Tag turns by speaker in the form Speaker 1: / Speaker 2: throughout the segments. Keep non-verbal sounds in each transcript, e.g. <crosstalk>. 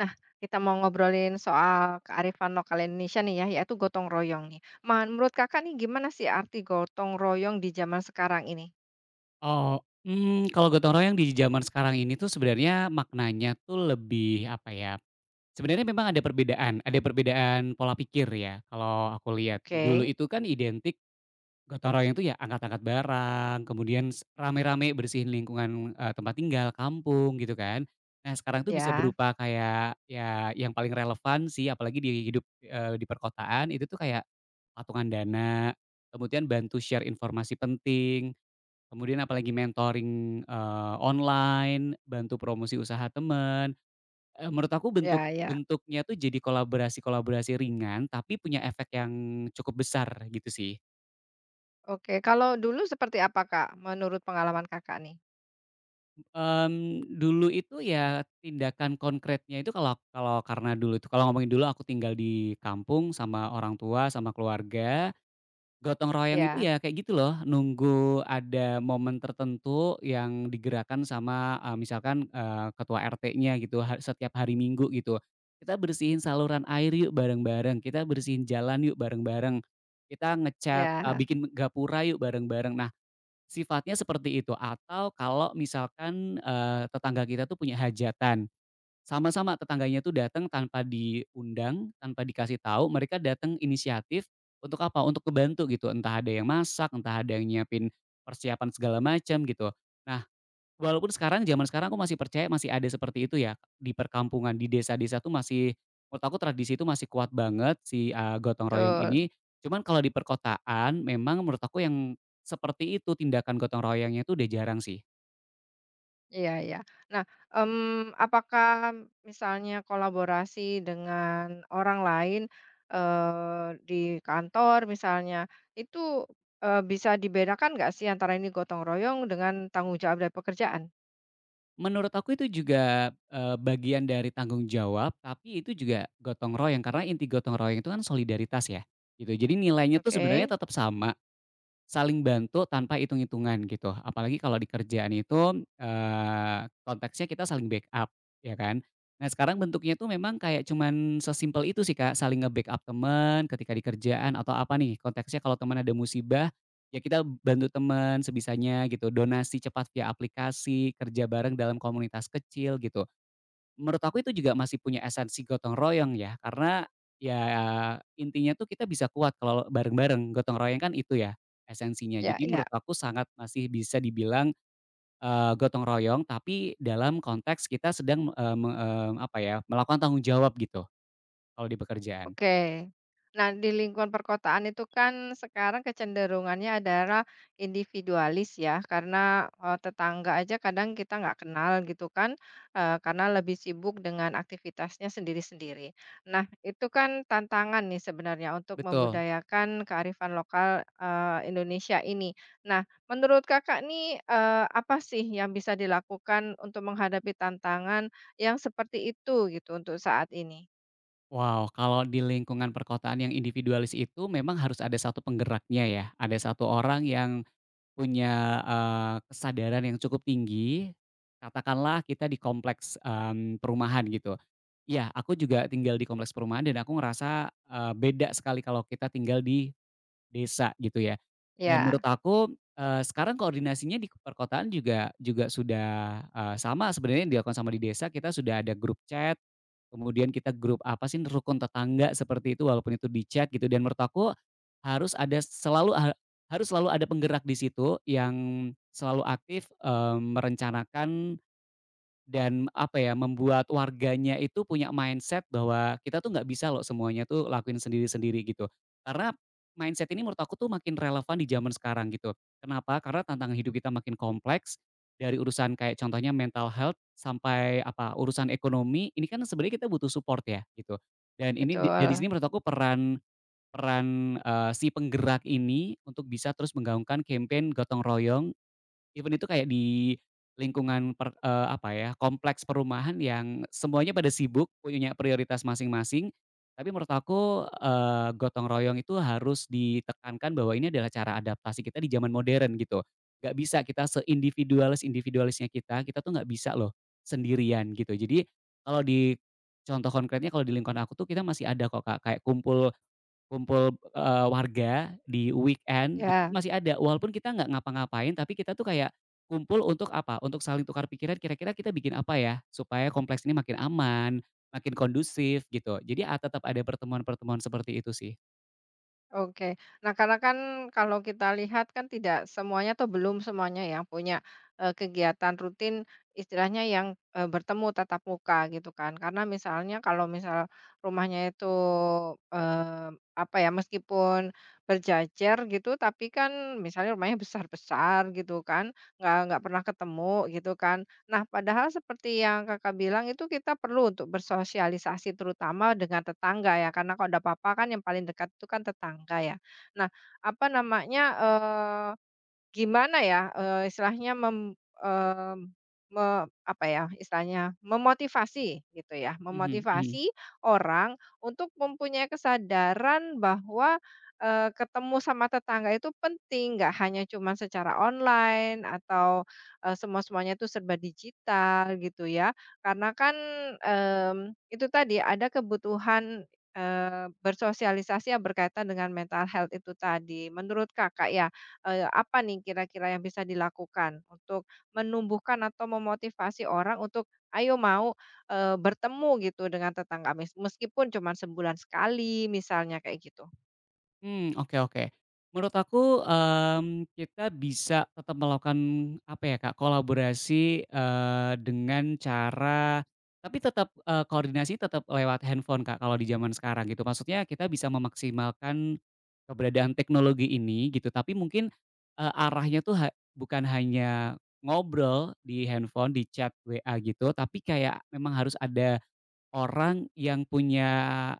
Speaker 1: Nah, kita mau ngobrolin soal kearifan lokal Indonesia nih ya, yaitu gotong royong nih. Menurut Kakak nih gimana sih arti gotong royong di zaman sekarang ini?
Speaker 2: Oh, Kalau gotong royong di zaman sekarang ini tuh sebenarnya maknanya tuh lebih, apa ya, sebenarnya memang ada perbedaan pola pikir ya kalau aku lihat. Dulu
Speaker 1: Oke,
Speaker 2: itu kan identik gotong royong itu ya angkat-angkat barang, kemudian rame-rame bersihin lingkungan, tempat tinggal, kampung, gitu kan. Nah, sekarang tuh bisa
Speaker 1: ya,
Speaker 2: berupa kayak ya yang paling relevan sih apalagi di hidup, di perkotaan itu tuh kayak patungan dana, kemudian bantu share informasi penting, kemudian apalagi mentoring, online, bantu promosi usaha teman, menurut aku
Speaker 1: ya ya.
Speaker 2: bentuknya tuh jadi kolaborasi-kolaborasi ringan, tapi punya efek yang cukup besar gitu sih.
Speaker 1: Oke, kalau dulu seperti apa Kak, menurut pengalaman Kakak nih?
Speaker 2: Dulu itu ya tindakan konkretnya itu kalau kalau karena dulu itu kalau ngomongin dulu aku tinggal di kampung sama orang tua, sama keluarga. Gotong royong itu
Speaker 1: Ya,
Speaker 2: ya kayak gitu loh, nunggu ada momen tertentu yang digerakkan sama, misalkan, ketua RT-nya gitu ha setiap hari Minggu gitu. "Kita bersihin saluran air yuk bareng-bareng, kita bersihin jalan yuk bareng-bareng, kita ngecat
Speaker 1: ya,
Speaker 2: bikin gapura yuk bareng-bareng." Nah, sifatnya seperti itu atau kalau misalkan, tetangga kita tuh punya hajatan. Sama-sama tetangganya tuh datang tanpa diundang, tanpa dikasih tahu, mereka datang inisiatif untuk apa, untuk kebantu gitu, entah ada yang masak, entah ada yang nyiapin persiapan segala macam gitu. Nah, walaupun sekarang zaman sekarang aku masih percaya masih ada seperti itu ya, di perkampungan, di desa-desa tuh masih menurut aku tradisi itu masih kuat banget si, gotong royong
Speaker 1: betul.
Speaker 2: ini. Cuman kalau di perkotaan memang menurut aku yang seperti itu tindakan gotong royongnya itu udah jarang sih.
Speaker 1: Iya iya. Nah, apakah misalnya kolaborasi dengan orang lain, di kantor misalnya, itu, bisa dibedakan nggak sih antara ini gotong royong dengan tanggung jawab dari pekerjaan?
Speaker 2: Menurut aku itu juga, bagian dari tanggung jawab, tapi itu juga gotong royong, karena inti gotong royong itu kan solidaritas ya, gitu. Jadi nilainya tuh sebenarnya
Speaker 1: Oke,
Speaker 2: tetap sama, saling bantu tanpa hitung-hitungan gitu, apalagi kalau di kerjaan itu, konteksnya kita saling backup, ya kan. Nah sekarang bentuknya tuh memang kayak cuman sesimpel itu sih Kak, saling nge-backup teman ketika di kerjaan atau apa nih, konteksnya kalau teman ada musibah, ya kita bantu teman sebisanya gitu, donasi cepat via aplikasi, kerja bareng dalam komunitas kecil gitu. Menurut aku itu juga masih punya esensi gotong royong ya, karena ya intinya tuh kita bisa kuat kalau bareng-bareng, gotong royong kan itu ya esensinya.
Speaker 1: ya,
Speaker 2: Jadi
Speaker 1: ya.
Speaker 2: menurut aku sangat masih bisa dibilang, gotong royong tapi dalam konteks kita sedang, apa ya, melakukan tanggung jawab gitu kalau di pekerjaan.
Speaker 1: Oke. Nah, di lingkungan perkotaan itu kan sekarang kecenderungannya adalah individualis ya, karena tetangga aja kadang kita nggak kenal gitu kan, karena lebih sibuk dengan aktivitasnya sendiri-sendiri. Nah, itu kan tantangan nih sebenarnya untuk
Speaker 2: Betul.
Speaker 1: membudayakan kearifan lokal Indonesia ini. Nah, menurut kakak nih apa sih yang bisa dilakukan untuk menghadapi tantangan yang seperti itu gitu untuk saat ini?
Speaker 2: Wow, kalau di lingkungan perkotaan yang individualis itu memang harus ada satu penggeraknya ya, ada satu orang yang punya, kesadaran yang cukup tinggi, katakanlah kita di kompleks, perumahan gitu. Iya, aku juga tinggal di kompleks perumahan dan aku ngerasa, beda sekali kalau kita tinggal di desa gitu ya. Dan menurut
Speaker 1: Ya.
Speaker 2: aku, sekarang koordinasinya di perkotaan juga juga sudah, sama sebenarnya yang dilakukan sama di desa kita sudah ada grup chat, kemudian kita grup apa sih rukun tetangga seperti itu walaupun itu di chat gitu dan menurut aku harus ada selalu ha harus selalu ada penggerak di situ yang selalu aktif, merencanakan dan apa ya, membuat warganya itu punya mindset bahwa kita tuh nggak bisa loh semuanya tuh lakuin sendiri-sendiri gitu. Karena mindset ini menurut aku tuh makin relevan di zaman sekarang gitu. Kenapa? Karena tantangan hidup kita makin kompleks dari urusan kayak contohnya mental health sampai apa, urusan ekonomi, ini kan sebenarnya kita butuh support ya gitu. Dan ini dari sini
Speaker 1: Betul,
Speaker 2: menurut aku peran peran, si penggerak ini untuk bisa terus menggaungkan campaign gotong royong even itu kayak di lingkungan apa ya, kompleks perumahan yang semuanya pada sibuk, punya prioritas masing-masing, tapi menurut aku, gotong royong itu harus ditekankan bahwa ini adalah cara adaptasi kita di zaman modern gitu. Gak bisa kita seindividualis-individualisnya kita, kita tuh nggak bisa loh sendirian gitu. Jadi kalau di contoh konkretnya kalau di lingkungan aku tuh kita masih ada kok Kak, kayak kumpul kumpul, warga di weekend gitu tuh
Speaker 1: ya,
Speaker 2: masih ada, walaupun kita nggak ngapa-ngapain, tapi kita tuh kayak kumpul untuk apa, untuk saling tukar pikiran kira-kira kita bikin apa ya, supaya kompleks ini makin aman, makin kondusif gitu. Jadi tetap ada pertemuan-pertemuan seperti itu sih.
Speaker 1: oke. Nah, karena kan kalau kita lihat kan tidak semuanya atau belum semuanya yang punya, kegiatan rutin istilahnya yang, bertemu tatap muka gitu kan. Karena misalnya kalau misal rumahnya itu, eee, apa ya, meskipun berjajar gitu, tapi kan misalnya rumahnya besar-besar gitu kan, nggak pernah ketemu gitu kan. Nah, padahal seperti yang Kakak bilang itu kita perlu untuk bersosialisasi terutama dengan tetangga ya, karena kalau ada apa-apa kan yang paling dekat itu kan tetangga ya. Nah, apa namanya, gimana ya, eee, istilahnya mem mmm, me apa ya, istilahnya memotivasi gitu ya,
Speaker 2: Mhm mhm.
Speaker 1: memotivasi orang untuk mempunyai kesadaran bahwa, ketemu sama tetangga itu penting, nggak hanya cuma secara online atau, semua-semuanya itu serba digital gitu ya. Karena kan, itu tadi ada kebutuhan, bersosialisasi yang berkaitan dengan mental health itu tadi. Menurut Kakak ya, apa nih kira-kira yang bisa dilakukan untuk menumbuhkan atau memotivasi orang untuk, "Ayo mau, bertemu gitu dengan tetangga meskipun cuma sebulan sekali," misalnya kayak gitu?
Speaker 2: Oke oke. Menurut aku, kita bisa tetap melakukan, apa ya Kak, kolaborasi, dengan cara tapi tetap, koordinasi tetap lewat handphone Kak, kalau di zaman sekarang gitu. Maksudnya kita bisa memaksimalkan keberadaan teknologi ini gitu, tapi mungkin, arahnya tuh ha bukan hanya ngobrol di handphone, di chat WA gitu, tapi kayak memang harus ada orang yang punya,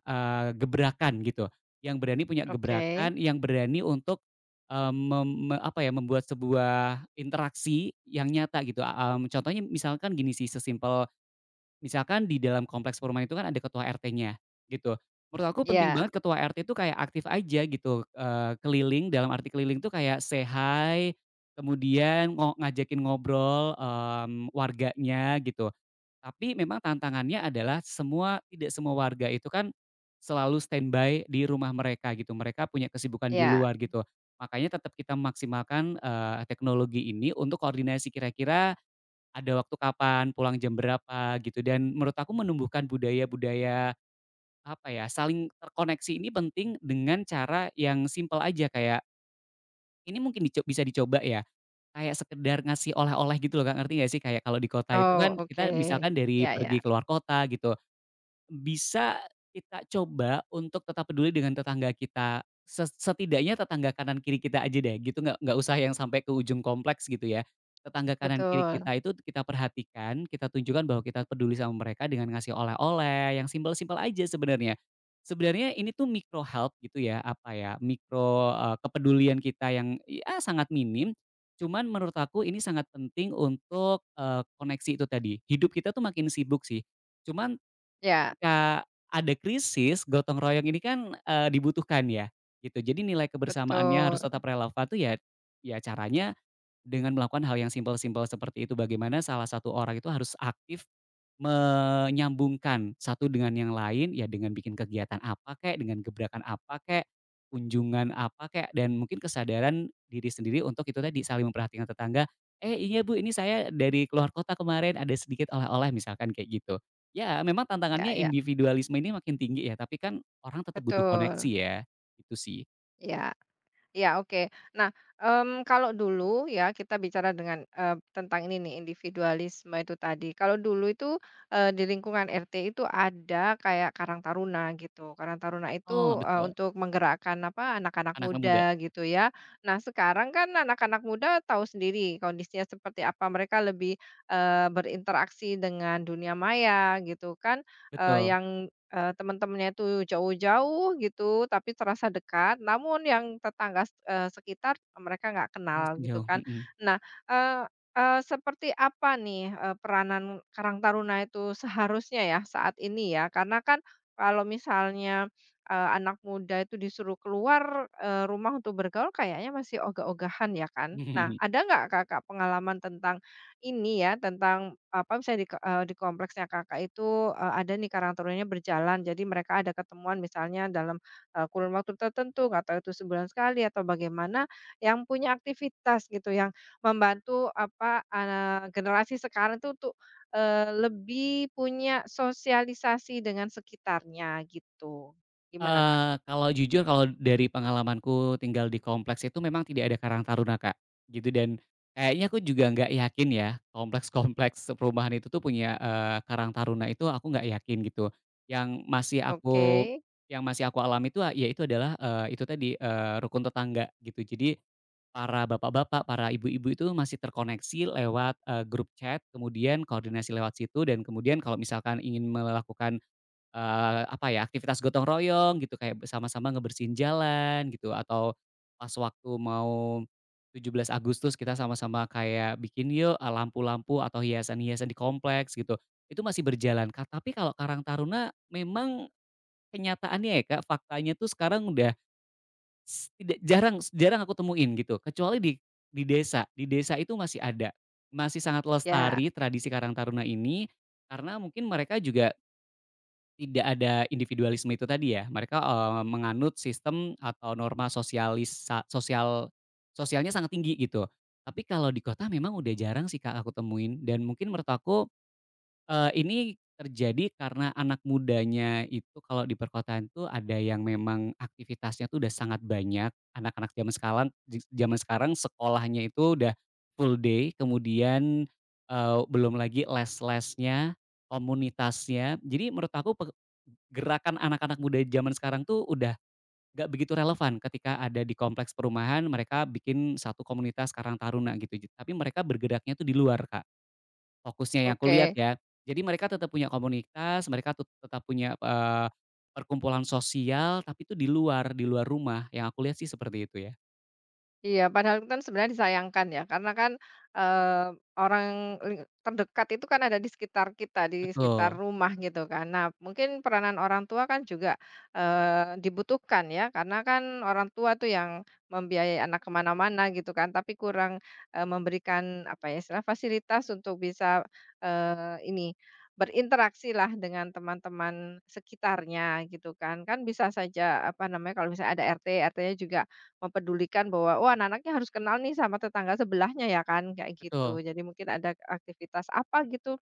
Speaker 2: gebrakan gitu, yang berani punya
Speaker 1: Oke,
Speaker 2: gebrakan, yang berani untuk, eee, mem me apa ya, membuat sebuah interaksi yang nyata gitu, contohnya misalkan gini sih, sesimpel misalkan di dalam kompleks perumahan itu kan ada ketua RT-nya gitu. Menurut aku penting
Speaker 1: ya
Speaker 2: banget ketua RT itu kayak aktif aja gitu, keliling, dalam arti keliling tuh kayak say hi, kemudian ngajakin ngobrol, warganya gitu. Tapi memang tantangannya adalah tidak semua warga itu kan selalu standby di rumah mereka gitu, mereka punya kesibukan di
Speaker 1: ya.
Speaker 2: luar gitu. Makanya tetap kita maksimalkan, teknologi ini untuk koordinasi kira-kira ada waktu kapan, pulang jam berapa gitu dan menurut aku menumbuhkan budaya-budaya, apa ya, saling terkoneksi ini penting dengan cara yang simpel aja kayak ini mungkin bisa dicoba ya, kayak sekedar ngasih oleh-oleh gitu loh Kak, ngerti nggak sih? Kayak kalau di kota itu
Speaker 1: Oh,
Speaker 2: kan
Speaker 1: oke.
Speaker 2: kita misalkan dari
Speaker 1: Ya
Speaker 2: pergi
Speaker 1: ya,
Speaker 2: keluar kota gitu, bisa kita coba untuk tetap peduli dengan tetangga kita, setidaknya tetangga kanan kiri kita aja deh gitu, nggak usah yang sampai ke ujung kompleks gitu ya. Tetangga kanan kiri
Speaker 1: betul.
Speaker 2: kita itu kita perhatikan, kita tunjukkan bahwa kita peduli sama mereka dengan ngasih oleh-oleh yang simpel-simpel aja sebenarnya. Sebenarnya ini tuh micro help gitu ya, apa ya, kepedulian kita yang ya sangat minim, cuman menurut aku ini sangat penting untuk, koneksi itu tadi. Hidup kita tuh makin sibuk sih, cuman
Speaker 1: Ya,
Speaker 2: ketika ada krisis, gotong royong ini kan, dibutuhkan ya, gitu. Jadi nilai kebersamaannya harus
Speaker 1: betul.
Speaker 2: tetap relevan tuh ya ya caranya dengan melakukan hal yang simpel-simpel seperti itu. Bagaimana salah satu orang itu harus aktif menyambungkan satu dengan yang lain, ya dengan bikin kegiatan apa kek, dengan gebrakan apa kek, kunjungan apa kek, dan mungkin kesadaran diri sendiri untuk itu tadi, saling memperhatikan tetangga, "Eh, iya Bu, ini saya dari keluar kota kemarin, ada sedikit oleh-oleh," misalkan kayak gitu. Ya, memang
Speaker 1: Ya
Speaker 2: tantangannya
Speaker 1: ya,
Speaker 2: individualisme ini makin tinggi ya, tapi kan orang tetap butuh koneksi
Speaker 1: betul.
Speaker 2: ya, itu sih.
Speaker 1: Ya. Ya, oke. Nah, kalau dulu ya kita bicara dengan, tentang ini nih individualisme itu tadi. Kalau dulu itu, di lingkungan RT itu ada kayak Karang Taruna gitu. Karang Taruna
Speaker 2: Oh,
Speaker 1: itu,
Speaker 2: betul,
Speaker 1: untuk menggerakkan apa, anak-anak
Speaker 2: anak muda,
Speaker 1: muda gitu ya. Nah, sekarang kan anak-anak muda tahu sendiri kondisinya seperti apa, mereka lebih, berinteraksi dengan dunia maya gitu kan, eee,
Speaker 2: betul,
Speaker 1: yang teman-temannya itu jauh-jauh gitu, tapi terasa dekat, namun yang tetangga, sekitar mereka nggak
Speaker 2: terasa
Speaker 1: kenal gitu
Speaker 2: jauh,
Speaker 1: kan.
Speaker 2: mhm.
Speaker 1: Nah, eee eee, seperti apa nih, peranan karang taruna itu seharusnya ya saat ini ya? Karena kan kalau misalnya, anak muda itu disuruh keluar, rumah untuk bergaul kayaknya masih ogah-ogahan ya kan. Nah,
Speaker 2: <laughs>
Speaker 1: ada nggak Kakak pengalaman tentang ini ya tentang apa misalnya di, di kompleksnya Kakak itu, ada nih karang tarunanya berjalan jadi mereka ada ketemuan misalnya dalam, kurun waktu tertentu nggak tahu itu sebulan sekali atau bagaimana, yang punya aktivitas gitu yang membantu apa, generasi sekarang itu untuk, lebih punya sosialisasi dengan sekitarnya gitu. Gimana Kak?
Speaker 2: Kalau jujur kalau dari pengalamanku tinggal di kompleks itu memang tidak ada karang taruna, Kak, gitu dan kayaknya aku juga nggak yakin ya kompleks-kompleks perumahan itu tuh punya, karang taruna itu aku nggak yakin gitu. Yang masih aku
Speaker 1: Oke,
Speaker 2: yang masih aku alami itu, ya itu adalah, itu tadi, rukun tetangga gitu. Jadi para bapak-bapak, para ibu-ibu itu masih terkoneksi lewat, grup chat, kemudian koordinasi lewat situ dan kemudian kalau misalkan ingin melakukan apa ya, aktivitas gotong royong gitu, kayak sama sama ngebersihin jalan gitu, atau pas waktu mau 17 Agustus kita sama-sama kayak bikin yuk, lampu-lampu atau hiasan-hiasan di kompleks gitu, itu masih berjalan, Kak. Tapi kalau Karang Taruna memang kenyataannya ya, Kak, faktanya tuh sekarang udah tidak jarang jarang aku temuin gitu, kecuali di desa, di desa itu masih ada, masih sangat
Speaker 1: ya,
Speaker 2: lestari tradisi Karang Taruna ini, karena mungkin mereka juga tidak ada individualisme itu tadi ya? Mereka, menganut sistem atau norma sosialisa sosial sosialnya sangat tinggi gitu. Tapi kalau di kota memang udah jarang sih Kak aku temuin dan mungkin menurut aku Eee, ini terjadi karena anak mudanya itu kalau di perkotaan tuh ada yang memang aktivitasnya tuh udah sangat banyak, anak-anak zaman sekarang. Zaman sekarang sekolahnya itu udah full day, kemudian, belum lagi les-lesnya, komunitasnya. Jadi menurut aku gerakan anak-anak muda zaman sekarang tuh udah gak begitu relevan ketika ada di kompleks perumahan, mereka bikin satu komunitas karang taruna gitu, tapi mereka bergeraknya tuh di luar, Kak. Fokusnya yang aku lihat
Speaker 1: oke.
Speaker 2: ya. Jadi mereka tetap punya komunitas, mereka tetap punya, perkumpulan sosial, tapi itu di luar rumah, yang aku lihat sih seperti itu ya.
Speaker 1: Iya, padahal itu kan sebenarnya disayangkan ya, karena kan, eee, orang terdekat itu kan ada di sekitar kita, di sekitar
Speaker 2: Betul
Speaker 1: rumah gitu kan. Nah, mungkin peranan orang tua kan juga, dibutuhkan ya, karena kan orang tua tuh yang membiayai anak kemana mana gitu kan, tapi kurang, memberikan, apa ya, istilah fasilitas untuk bisa, eee, ini, berinteraksi lah dengan teman-teman sekitarnya gitu kan. Kan bisa saja, apa namanya, kalau misalnya ada RT, RT-nya juga mempedulikan bahwa, "Oh, anak-anaknya harus kenal nih sama tetangga sebelahnya ya kan," kayak gitu.
Speaker 2: betul.
Speaker 1: Jadi mungkin ada aktivitas apa gitu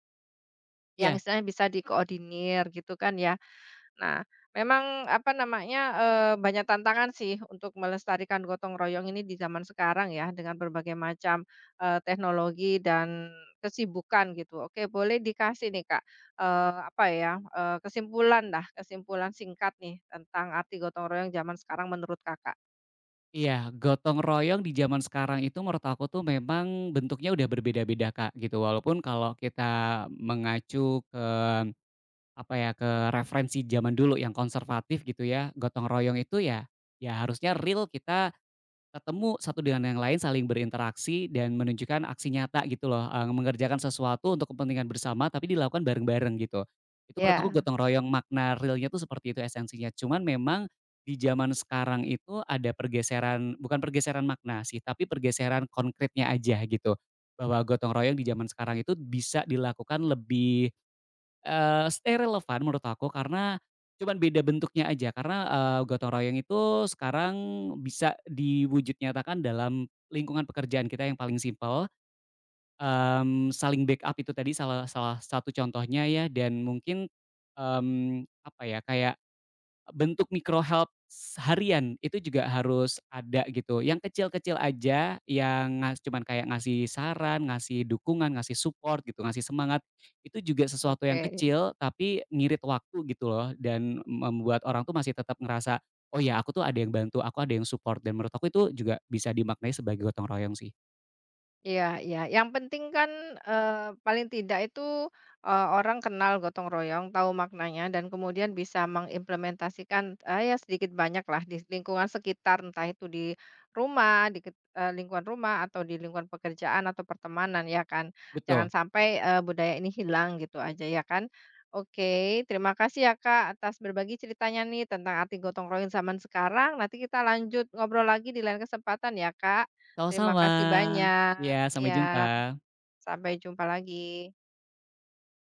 Speaker 1: yang
Speaker 2: Iya
Speaker 1: istilahnya bisa dikoordinir gitu kan ya. Nah, memang apa namanya, banyak tantangan sih untuk melestarikan gotong royong ini di zaman sekarang ya dengan berbagai macam, teknologi dan kesibukan gitu. Oke, boleh dikasih nih, Kak, eee, apa ya, eee, kesimpulan dah kesimpulan singkat nih tentang arti gotong royong zaman sekarang menurut Kakak.
Speaker 2: iya, gotong royong di zaman sekarang itu menurut aku tuh memang bentuknya udah berbeda-beda, Kak, gitu. Walaupun kalau kita mengacu ke, apa ya, ke referensi zaman dulu yang konservatif gitu ya, gotong royong itu ya ya harusnya real kita ketemu satu dengan yang lain, saling berinteraksi dan menunjukkan aksi nyata gitu loh, mengerjakan sesuatu untuk kepentingan bersama tapi dilakukan bareng-bareng gitu. Itu menurut aku
Speaker 1: Ya,
Speaker 2: gotong royong makna realnya tuh seperti itu esensinya. Cuman memang di zaman sekarang itu ada pergeseran bukan pergeseran makna sih, tapi pergeseran konkretnya aja gitu. Bahwa gotong royong di zaman sekarang itu bisa dilakukan lebih stay relevan menurut aku karena cuman beda bentuknya aja karena, gotong royong itu sekarang bisa diwujud nyatakan dalam lingkungan pekerjaan kita yang paling simpel, saling backup itu tadi salah salah satu contohnya ya dan mungkin, apa ya, kayak bentuk micro help harian itu juga harus ada gitu, yang kecil-kecil aja, yang cuman kayak ngasih saran, ngasih dukungan, ngasih support gitu, ngasih semangat, itu juga sesuatu yang
Speaker 1: oke.
Speaker 2: kecil tapi ngirit waktu gitu loh dan membuat orang tuh masih tetap ngerasa, "Oh ya aku tuh ada yang bantu, aku ada yang support," dan menurut aku itu juga bisa dimaknai sebagai gotong royong sih.
Speaker 1: Iya iya, yang penting kan, paling tidak itu, orang kenal gotong royong, tahu maknanya dan kemudian bisa mengimplementasikan, ya sedikit banyaklah di lingkungan sekitar, entah itu di rumah, lingkungan rumah atau di lingkungan pekerjaan atau pertemanan ya kan. Jangan
Speaker 2: Betul,
Speaker 1: sampai, budaya ini hilang gitu aja ya kan. Oke, terima kasih ya Kak, atas berbagi ceritanya nih tentang arti gotong royong zaman sekarang, nanti kita lanjut ngobrol lagi di lain kesempatan ya Kak. Terima
Speaker 2: sama-sama.
Speaker 1: kasih
Speaker 2: Iya,
Speaker 1: banyak.
Speaker 2: sampai jumpa.
Speaker 1: Iya, sampai jumpa lagi.